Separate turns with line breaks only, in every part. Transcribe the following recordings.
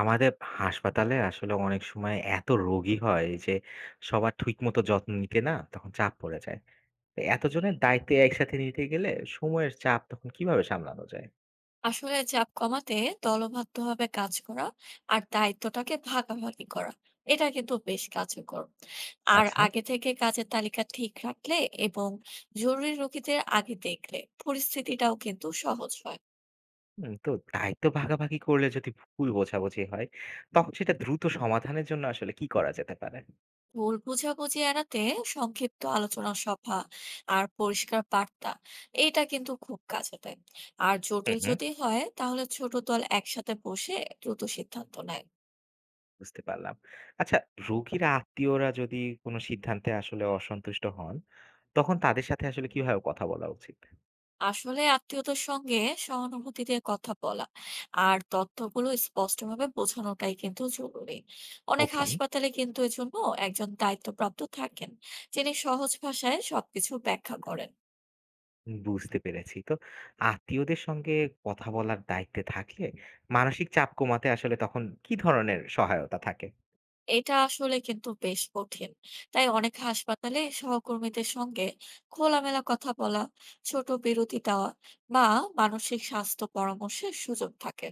আমাদের হাসপাতালে আসলে অনেক সময় এত রোগী হয় যে সবার ঠিকমতো যত্ন নিতে না তখন চাপ পড়ে যায়। তো এতজনের দায়িত্ব একসাথে নিতে গেলে সময়ের চাপ তখন কিভাবে সামলানো যায়?
আসলে চাপ কমাতে দলবদ্ধভাবে কাজ করা, আর দায়িত্বটাকে ভাগাভাগি করা, এটা কিন্তু বেশ কার্যকর। আর
আচ্ছা।
আগে থেকে কাজের তালিকা ঠিক রাখলে এবং জরুরি রোগীদের আগে দেখলে পরিস্থিতিটাও কিন্তু সহজ হয়।
হুম, তো দায়িত্ব ভাগাভাগি করলে যদি ভুল বোঝাবুঝি হয় তখন সেটা দ্রুত সমাধানের জন্য আসলে কি করা যেতে পারে?
ভুল বোঝাবুঝি এড়াতে সংক্ষিপ্ত আলোচনা সভা আর পরিষ্কার বার্তা, এটা কিন্তু খুব কাজে দেয়। আর
হুম
জটিল
হুম
যদি হয় তাহলে ছোট দল একসাথে বসে দ্রুত সিদ্ধান্ত নেয়।
বুঝতে পারলাম। আচ্ছা, রোগীর আত্মীয়রা যদি কোনো সিদ্ধান্তে আসলে অসন্তুষ্ট হন তখন তাদের সাথে আসলে কিভাবে কথা বলা উচিত?
আসলে আত্মীয়তার সঙ্গে সহানুভূতি দিয়ে কথা বলা আর তথ্যগুলো স্পষ্টভাবে বোঝানোটাই কিন্তু জরুরি। অনেক
ওকে।
হাসপাতালে কিন্তু এজন্য একজন দায়িত্বপ্রাপ্ত থাকেন, যিনি সহজ ভাষায় সবকিছু ব্যাখ্যা করেন।
বুঝতে পেরেছি। তো আত্মীয়দের সঙ্গে কথা বলার দায়িত্বে থাকলে মানসিক চাপ কমাতে আসলে তখন কি ধরনের সহায়তা থাকে?
এটা আসলে কিন্তু বেশ কঠিন, তাই অনেক হাসপাতালে সহকর্মীদের সঙ্গে খোলামেলা কথা বলা, ছোট বিরতি দেওয়া, বা মানসিক স্বাস্থ্য পরামর্শের সুযোগ থাকে।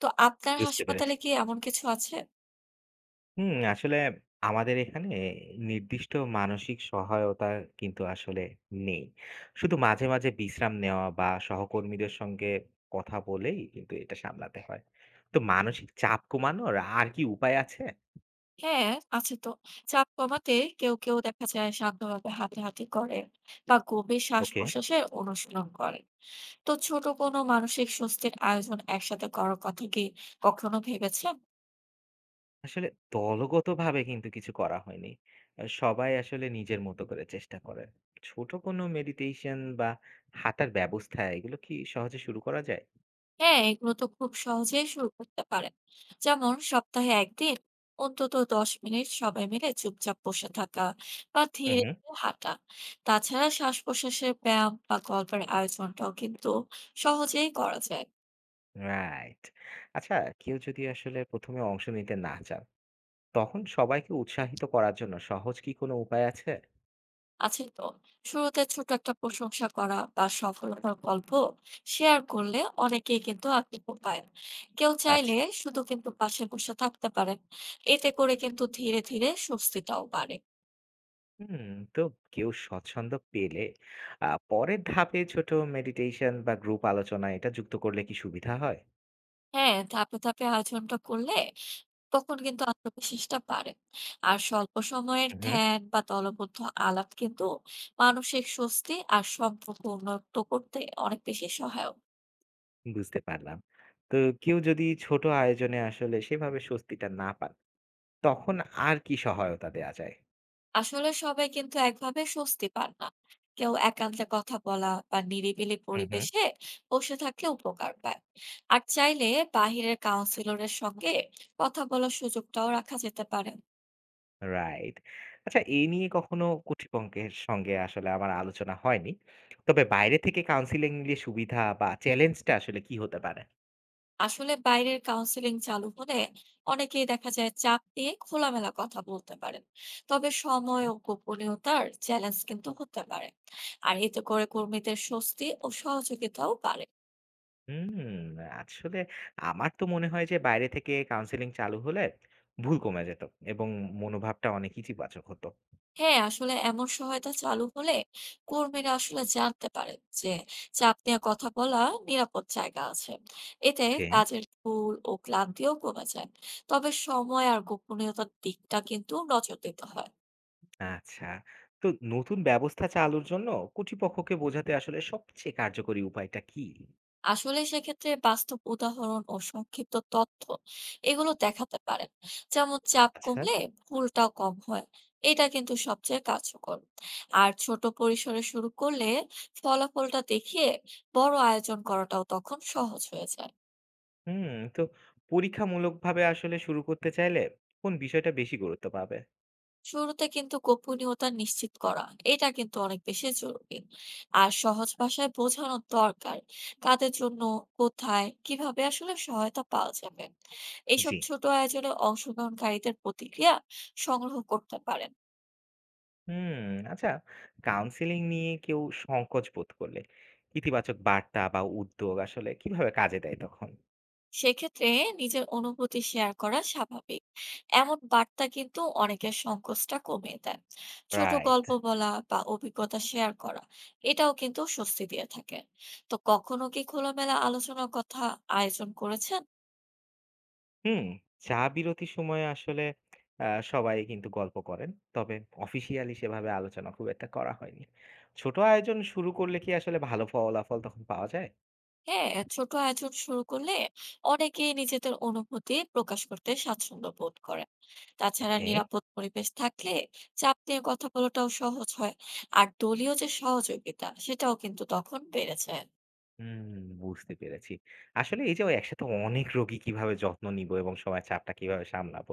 তো আপনার
বুঝতে
হাসপাতালে
পেরেছি।
কি এমন কিছু আছে?
হুম, আসলে আমাদের এখানে নির্দিষ্ট মানসিক সহায়তা কিন্তু আসলে নেই। শুধু মাঝে, মাঝে বিশ্রাম নেওয়া বা সহকর্মীদের সঙ্গে কথা বলেই কিন্তু এটা সামলাতে হয়। তো মানসিক চাপ কমানোর আর কি উপায় আছে?
হ্যাঁ, আছে তো। চাপ কমাতে কেউ কেউ দেখা যায় শান্তভাবে হাঁটাহাঁটি করে বা গভীর
ওকে।
শ্বাস-প্রশ্বাসের অনুশীলন করে। তো ছোট কোনো মানসিক স্বস্তির আয়োজন একসাথে করার কথা কি কখনো ভেবেছেন?
আসলে দলগতভাবে কিন্তু কিছু করা হয়নি। সবাই আসলে নিজের মতো করে চেষ্টা করে। ছোট কোনো মেডিটেশন বা হাঁটার ব্যবস্থা এগুলো কি সহজে শুরু করা যায়?
হ্যাঁ, এগুলো তো খুব সহজেই শুরু করতে পারেন। যেমন সপ্তাহে ১ দিন অন্তত ১০ মিনিট সবাই মিলে চুপচাপ বসে থাকা বা
হু,
ধীরে
হু।
ধীরে হাঁটা। তাছাড়া শ্বাস-প্রশ্বাসের ব্যায়াম বা গল্পের আয়োজনটাও কিন্তু সহজেই করা যায়।
রাইট। আচ্ছা, কেউ যদি আসলে ১ম এ অংশ নিতে না চান, তখন সবাইকে উৎসাহিত করার জন্য সহজ কি কোনো উপায় আছে?
আছে তো। শুরুতে ছোট একটা প্রশংসা করা বা সফলতার গল্প শেয়ার করলে অনেকেই কিন্তু আগ্রহ পায়। কেউ
আচ্ছা।
চাইলে শুধু কিন্তু পাশে বসে থাকতে পারেন, এতে করে কিন্তু ধীরে ধীরে স্বস্তিটাও বাড়ে।
হুম, তো কেউ স্বচ্ছন্দ পেলে পরের ধাপে ছোট মেডিটেশন বা গ্রুপ আলোচনা এটা যুক্ত করলে কি সুবিধা হয়?
হ্যাঁ, ধাপে ধাপে আয়োজনটা করলে তখন কিন্তু আত্মবিশ্বাসটা বাড়ে। আর স্বল্প সময়ের
উহু।
ধ্যান বা দলবদ্ধ আলাপ কিন্তু মানসিক স্বস্তি আর সম্পর্ক উন্নত করতে অনেক বেশি সহায়ক।
বুঝতে পারলাম। তো কেউ যদি ছোট আয়োজনে আসলে সেভাবে স্বস্তিটা না পান, তখন আর কি সহায়তা দেয়া যায়?
আসলে সবাই কিন্তু একভাবে স্বস্তি পান না। কেউ একান্তে কথা বলা বা নিরিবিলি
হুম, হুম।
পরিবেশে বসে থাকলে উপকার পায়। আর চাইলে বাইরের কাউন্সিলরের সঙ্গে কথা বলার সুযোগটাও রাখা যেতে পারে।
রাইট। আচ্ছা, এই নিয়ে কখনো কর্তৃপক্ষের সঙ্গে আসলে আমার আলোচনা হয়নি। তবে বাইরে থেকে কাউন্সেলিং নিলে সুবিধা বা চ্যালেঞ্জটা আসলে কি হতে পারে?
আসলে বাইরের কাউন্সিলিং চালু হলে অনেকেই দেখা যায় চাপ দিয়ে খোলামেলা কথা বলতে পারেন। তবে সময়
হুম।
ও গোপনীয়তার চ্যালেঞ্জ কিন্তু হতে পারে। আর এতে করে কর্মীদের স্বস্তি ও সহযোগিতাও বাড়ে।
হুম, আসলে আমার তো মনে হয় যে বাইরে থেকে কাউন্সেলিং চালু হলে ভুল কমে যেত এবং মনোভাবটা অনেক ইতিবাচক হতো।
হ্যাঁ, আসলে এমন সহায়তা চালু হলে কর্মীরা আসলে জানতে পারেন যে চাপ নিয়ে কথা বলা নিরাপদ জায়গা আছে। এতে
ওকে।
কাজের ভুল ও ক্লান্তিও কমে যায়। তবে সময় আর গোপনীয়তার দিকটা কিন্তু নজর দিতে হয়।
আচ্ছা। তো নতুন ব্যবস্থা চালুর জন্য কর্তৃপক্ষকে বোঝাতে আসলে সবচেয়ে কার্যকরী উপায়টা কি?
আসলে সেক্ষেত্রে বাস্তব উদাহরণ ও সংক্ষিপ্ত তথ্য এগুলো দেখাতে পারেন। যেমন চাপ
আচ্ছা।
কমলে ভুলটাও কম হয়, এটা কিন্তু সবচেয়ে কার্যকর। আর ছোট পরিসরে শুরু করলে ফলাফলটা দেখিয়ে বড় আয়োজন করাটাও তখন সহজ হয়ে যায়।
হুম, তো পরীক্ষামূলকভাবে আসলে শুরু করতে চাইলে কোন বিষয়টা বেশি গুরুত্ব পাবে?
শুরুতে কিন্তু গোপনীয়তা নিশ্চিত করা, এটা কিন্তু অনেক বেশি জরুরি। আর সহজ ভাষায় বোঝানো দরকার কাদের জন্য, কোথায়, কিভাবে আসলে সহায়তা পাওয়া যাবে। এইসব
জি।
ছোট আয়োজনে অংশগ্রহণকারীদের প্রতিক্রিয়া সংগ্রহ করতে পারেন।
হুম, আচ্ছা, কাউন্সেলিং নিয়ে কেউ সংকোচ বোধ করলে ইতিবাচক বার্তা বা উদ্যোগ আসলে কিভাবে কাজে দেয় তখন?
সেক্ষেত্রে নিজের অনুভূতি শেয়ার করা স্বাভাবিক, এমন বার্তা কিন্তু অনেকের সংকোচটা কমিয়ে দেয়। ছোট
রাইট।
গল্প বলা বা অভিজ্ঞতা শেয়ার করা, এটাও কিন্তু স্বস্তি দিয়ে থাকে। তো কখনো কি খোলামেলা আলোচনার কথা আয়োজন করেছেন?
হুম, চা বিরতির সময়ে আসলে আ সবাই কিন্তু গল্প করেন। তবে অফিসিয়ালি সেভাবে আলোচনা খুব একটা করা হয়নি। ছোট আয়োজন শুরু করলে কি আসলে ভালো ফলাফল তখন পাওয়া যায়?
হ্যাঁ, ছোট আয়োজন শুরু করলে অনেকেই নিজেদের অনুভূতি প্রকাশ করতে স্বাচ্ছন্দ্য বোধ করেন। তাছাড়া
ওকে।
নিরাপদ পরিবেশ থাকলে চাপ নিয়ে কথা বলাটাও সহজ হয়। আর দলীয় যে সহযোগিতা সেটাও কিন্তু তখন বেড়ে যায়।
হুম, বুঝতে পেরেছি। আসলে এই যে ওই একসাথে অনেক রোগী কিভাবে যত্ন নিবো এবং সবার চাপটা কিভাবে সামলাবো,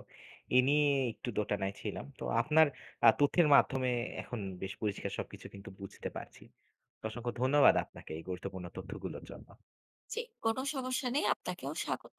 এ নিয়ে একটু দোটানায় ছিলাম। তো আপনার তথ্যের মাধ্যমে এখন বেশ পরিষ্কার সবকিছু কিন্তু বুঝতে পারছি। তো অসংখ্য ধন্যবাদ আপনাকে এই গুরুত্বপূর্ণ তথ্যগুলোর জন্য।
জি, কোনো সমস্যা নেই। আপনাকেও স্বাগত।